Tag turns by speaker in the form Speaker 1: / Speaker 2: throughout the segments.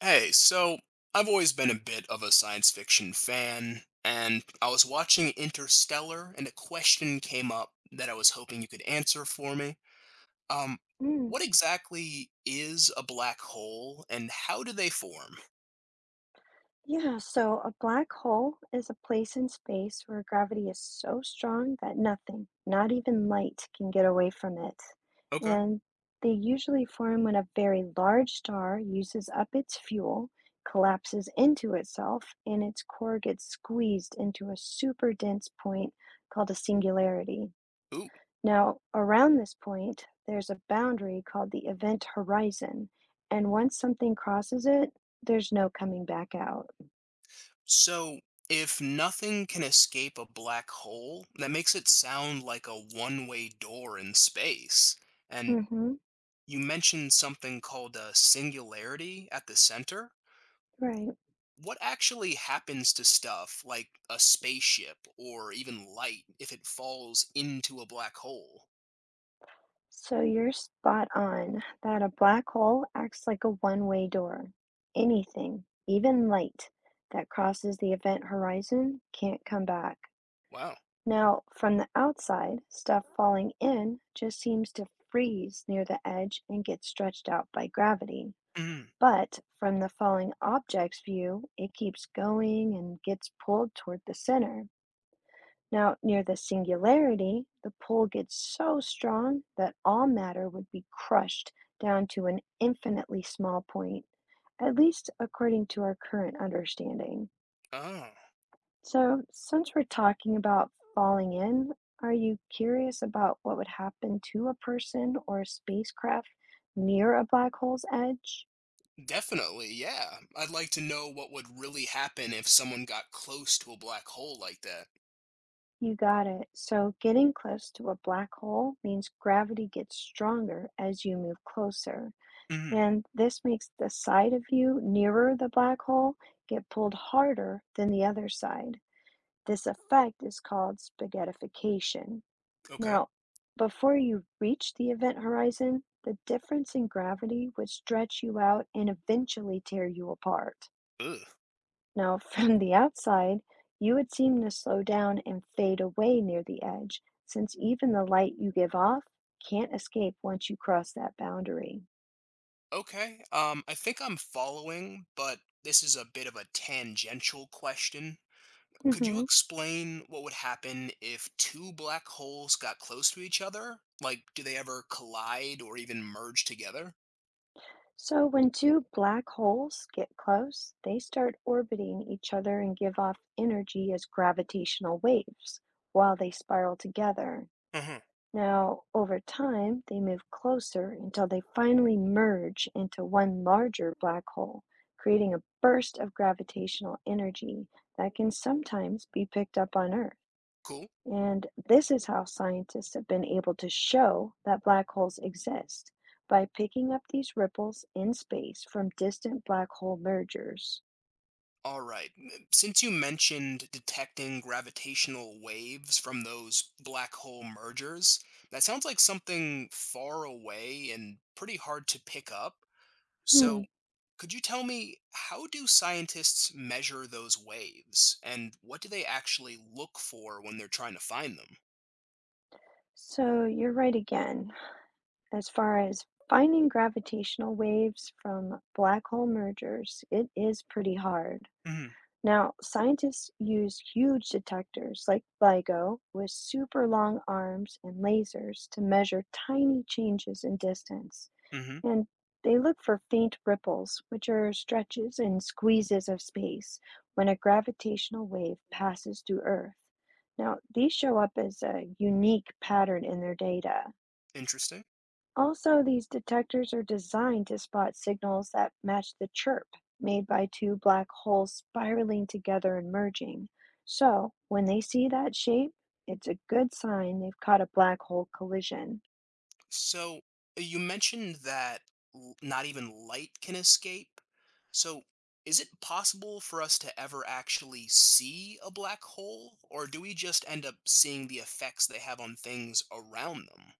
Speaker 1: Hey, so I've always been a bit of a science fiction fan, and I was watching Interstellar, and a question came up that I was hoping you could answer for me. Um,
Speaker 2: Mm,
Speaker 1: what exactly is a black hole, and how do they form?
Speaker 2: yeah, so a black hole is a place in space where gravity is so strong that nothing, not even light, can get away from it.
Speaker 1: Okay.
Speaker 2: And they usually form when a very large star uses up its fuel, collapses into itself, and its core gets squeezed into a super dense point called a singularity.
Speaker 1: Ooh.
Speaker 2: Now, around this point, there's a boundary called the event horizon, and once something crosses it, there's no coming back out.
Speaker 1: So, if nothing can escape a black hole, that makes it sound like a one-way door in space. And
Speaker 2: Mhm,
Speaker 1: you mentioned something called a singularity at the center.
Speaker 2: right.
Speaker 1: What actually happens to stuff like a spaceship or even light if it falls into a black hole?
Speaker 2: So you're spot on that a black hole acts like a one-way door. Anything, even light, that crosses the event horizon can't come back.
Speaker 1: Wow.
Speaker 2: Now, from the outside, stuff falling in just seems to freeze near the edge and get stretched out by gravity.
Speaker 1: Mm.
Speaker 2: But from the falling object's view, it keeps going and gets pulled toward the center. Now, near the singularity, the pull gets so strong that all matter would be crushed down to an infinitely small point, at least according to our current understanding.
Speaker 1: Oh,
Speaker 2: So, since we're talking about falling in, are you curious about what would happen to a person or a spacecraft near a black hole's edge?
Speaker 1: definitely. Yeah. I'd like to know what would really happen if someone got close to a black hole like that.
Speaker 2: You got it. So, getting close to a black hole means gravity gets stronger as you move closer,
Speaker 1: Mm.
Speaker 2: and this makes the side of you nearer the black hole get pulled harder than the other side. This effect is called spaghettification.
Speaker 1: Okay.
Speaker 2: Now, before you reach the event horizon, the difference in gravity would stretch you out and eventually tear you apart.
Speaker 1: Ugh.
Speaker 2: Now, from the outside, you would seem to slow down and fade away near the edge, since even the light you give off can't escape once you cross that boundary.
Speaker 1: Okay. I think I'm following, but this is a bit of a tangential question. Could you
Speaker 2: Mhm.
Speaker 1: explain what would happen if two black holes got close to each other? Like, do they ever collide or even merge together?
Speaker 2: So when two black holes get close, they start orbiting each other and give off energy as gravitational waves while they spiral together.
Speaker 1: Hmm.
Speaker 2: Now, over time, they move closer until they finally merge into one larger black hole, creating a burst of gravitational energy that can sometimes be picked up on Earth.
Speaker 1: Cool.
Speaker 2: And this is how scientists have been able to show that black holes exist by picking up these ripples in space from distant black hole mergers.
Speaker 1: All right. Since you mentioned detecting gravitational waves from those black hole mergers, that sounds like something far away and pretty hard to pick up. So,
Speaker 2: Hmm,
Speaker 1: could you tell me how do scientists measure those waves and what do they actually look for when they're trying to find them?
Speaker 2: so you're right again. As far as finding gravitational waves from black hole mergers, it is pretty hard.
Speaker 1: Hmm.
Speaker 2: Now, scientists use huge detectors like LIGO with super long arms and lasers to measure tiny changes in distance.
Speaker 1: Hmm.
Speaker 2: And they look for faint ripples, which are stretches and squeezes of space when a gravitational wave passes through Earth. Now, these show up as a unique pattern in their data.
Speaker 1: Interesting.
Speaker 2: Also, these detectors are designed to spot signals that match the chirp made by two black holes spiraling together and merging. So, when they see that shape, it's a good sign they've caught a black hole collision.
Speaker 1: So you mentioned that not even light can escape. So is it possible for us to ever actually see a black hole, or do we just end up seeing the effects they have on things around them?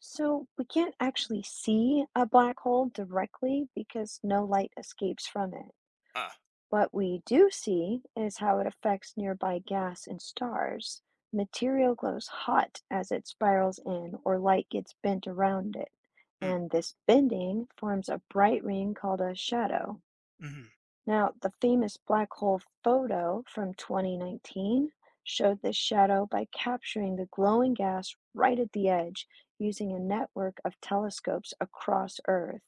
Speaker 2: So we can't actually see a black hole directly because no light escapes from it.
Speaker 1: Ah,
Speaker 2: What we do see is how it affects nearby gas and stars. Material glows hot as it spirals in or light gets bent around it.
Speaker 1: hmm,
Speaker 2: And this bending forms a bright ring called a shadow.
Speaker 1: hmm.
Speaker 2: Now, the famous black hole photo from 2019 showed this shadow by capturing the glowing gas right at the edge using a network of telescopes across Earth.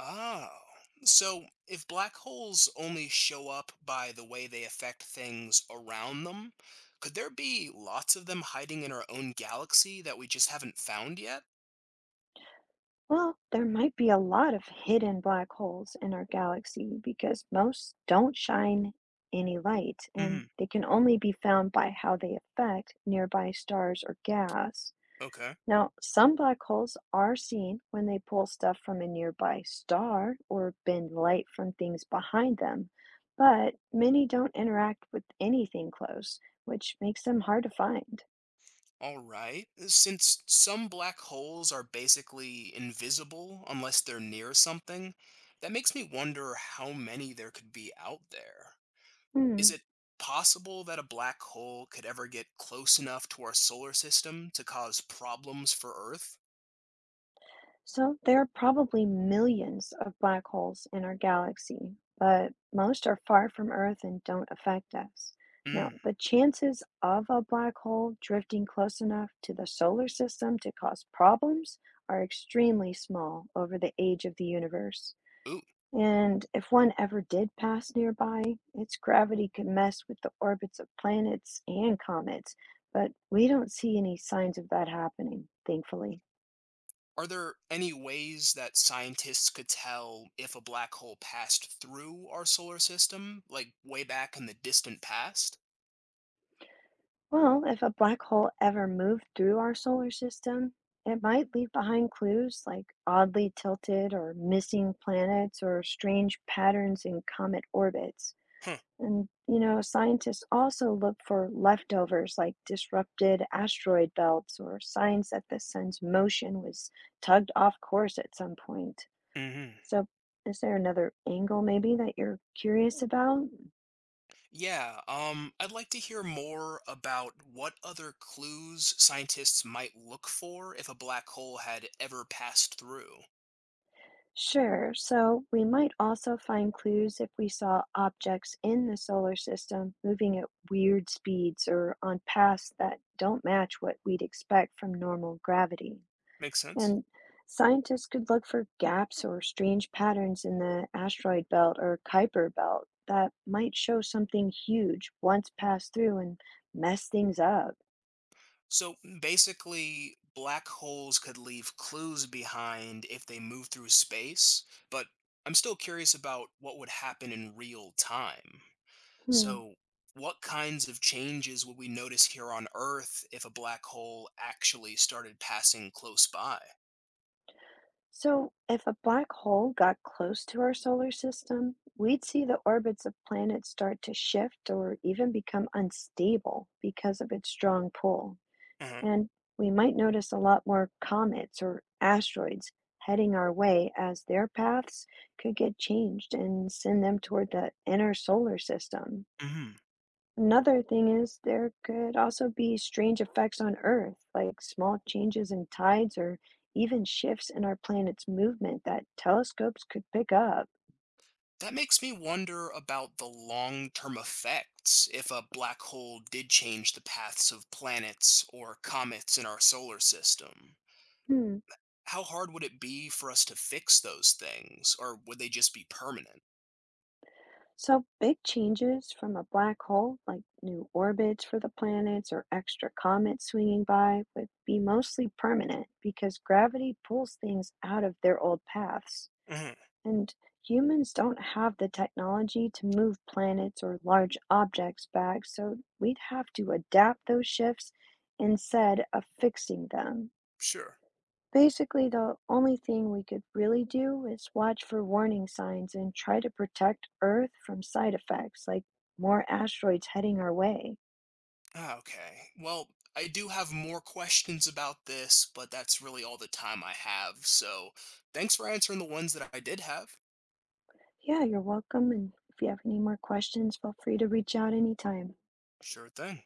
Speaker 1: Oh, so if black holes only show up by the way they affect things around them, could there be lots of them hiding in our own galaxy that we just haven't found yet?
Speaker 2: Well, there might be a lot of hidden black holes in our galaxy because most don't shine any light
Speaker 1: Hmm.
Speaker 2: and they can only be found by how they affect nearby stars or gas.
Speaker 1: Okay.
Speaker 2: Now, some black holes are seen when they pull stuff from a nearby star or bend light from things behind them, but many don't interact with anything close, which makes them hard to find.
Speaker 1: All right. Since some black holes are basically invisible unless they're near something, that makes me wonder how many there could be out there.
Speaker 2: Hmm.
Speaker 1: Is it possible that a black hole could ever get close enough to our solar system to cause problems for Earth?
Speaker 2: So there are probably millions of black holes in our galaxy, but most are far from Earth and don't affect us. Now,
Speaker 1: Mm.
Speaker 2: the chances of a black hole drifting close enough to the solar system to cause problems are extremely small over the age of the universe.
Speaker 1: Ooh.
Speaker 2: And if one ever did pass nearby, its gravity could mess with the orbits of planets and comets, but we don't see any signs of that happening, thankfully.
Speaker 1: Are there any ways that scientists could tell if a black hole passed through our solar system, like way back in the distant past?
Speaker 2: Well, if a black hole ever moved through our solar system, it might leave behind clues like oddly tilted or missing planets or strange patterns in comet orbits.
Speaker 1: Huh.
Speaker 2: And, you know, scientists also look for leftovers like disrupted asteroid belts or signs that the sun's motion was tugged off course at some point.
Speaker 1: Hmm.
Speaker 2: So, is there another angle maybe that you're curious about?
Speaker 1: Yeah, I'd like to hear more about what other clues scientists might look for if a black hole had ever passed through.
Speaker 2: Sure, so we might also find clues if we saw objects in the solar system moving at weird speeds or on paths that don't match what we'd expect from normal gravity.
Speaker 1: Makes sense.
Speaker 2: And scientists could look for gaps or strange patterns in the asteroid belt or Kuiper belt that might show something huge once passed through and mess things up.
Speaker 1: So basically, black holes could leave clues behind if they move through space, but I'm still curious about what would happen in real time.
Speaker 2: Hmm.
Speaker 1: So, what kinds of changes would we notice here on Earth if a black hole actually started passing close by?
Speaker 2: So, if a black hole got close to our solar system, we'd see the orbits of planets start to shift or even become unstable because of its strong pull.
Speaker 1: Uh-huh.
Speaker 2: And we might notice a lot more comets or asteroids heading our way as their paths could get changed and send them toward the inner solar system.
Speaker 1: Mhm.
Speaker 2: Another thing is there could also be strange effects on Earth, like small changes in tides or even shifts in our planet's movement that telescopes could pick up.
Speaker 1: That makes me wonder about the long term effects if a black hole did change the paths of planets or comets in our solar system.
Speaker 2: Hmm.
Speaker 1: How hard would it be for us to fix those things, or would they just be permanent?
Speaker 2: So, big changes from a black hole, like new orbits for the planets or extra comets swinging by, would be mostly permanent because gravity pulls things out of their old paths.
Speaker 1: Hmm.
Speaker 2: And humans don't have the technology to move planets or large objects back, so we'd have to adapt those shifts instead of fixing them.
Speaker 1: Sure.
Speaker 2: Basically, the only thing we could really do is watch for warning signs and try to protect Earth from side effects like more asteroids heading our way.
Speaker 1: Ah, okay, well, I do have more questions about this, but that's really all the time I have, so thanks for answering the ones that I did have.
Speaker 2: Yeah, you're welcome. And if you have any more questions, feel free to reach out anytime.
Speaker 1: Sure thing.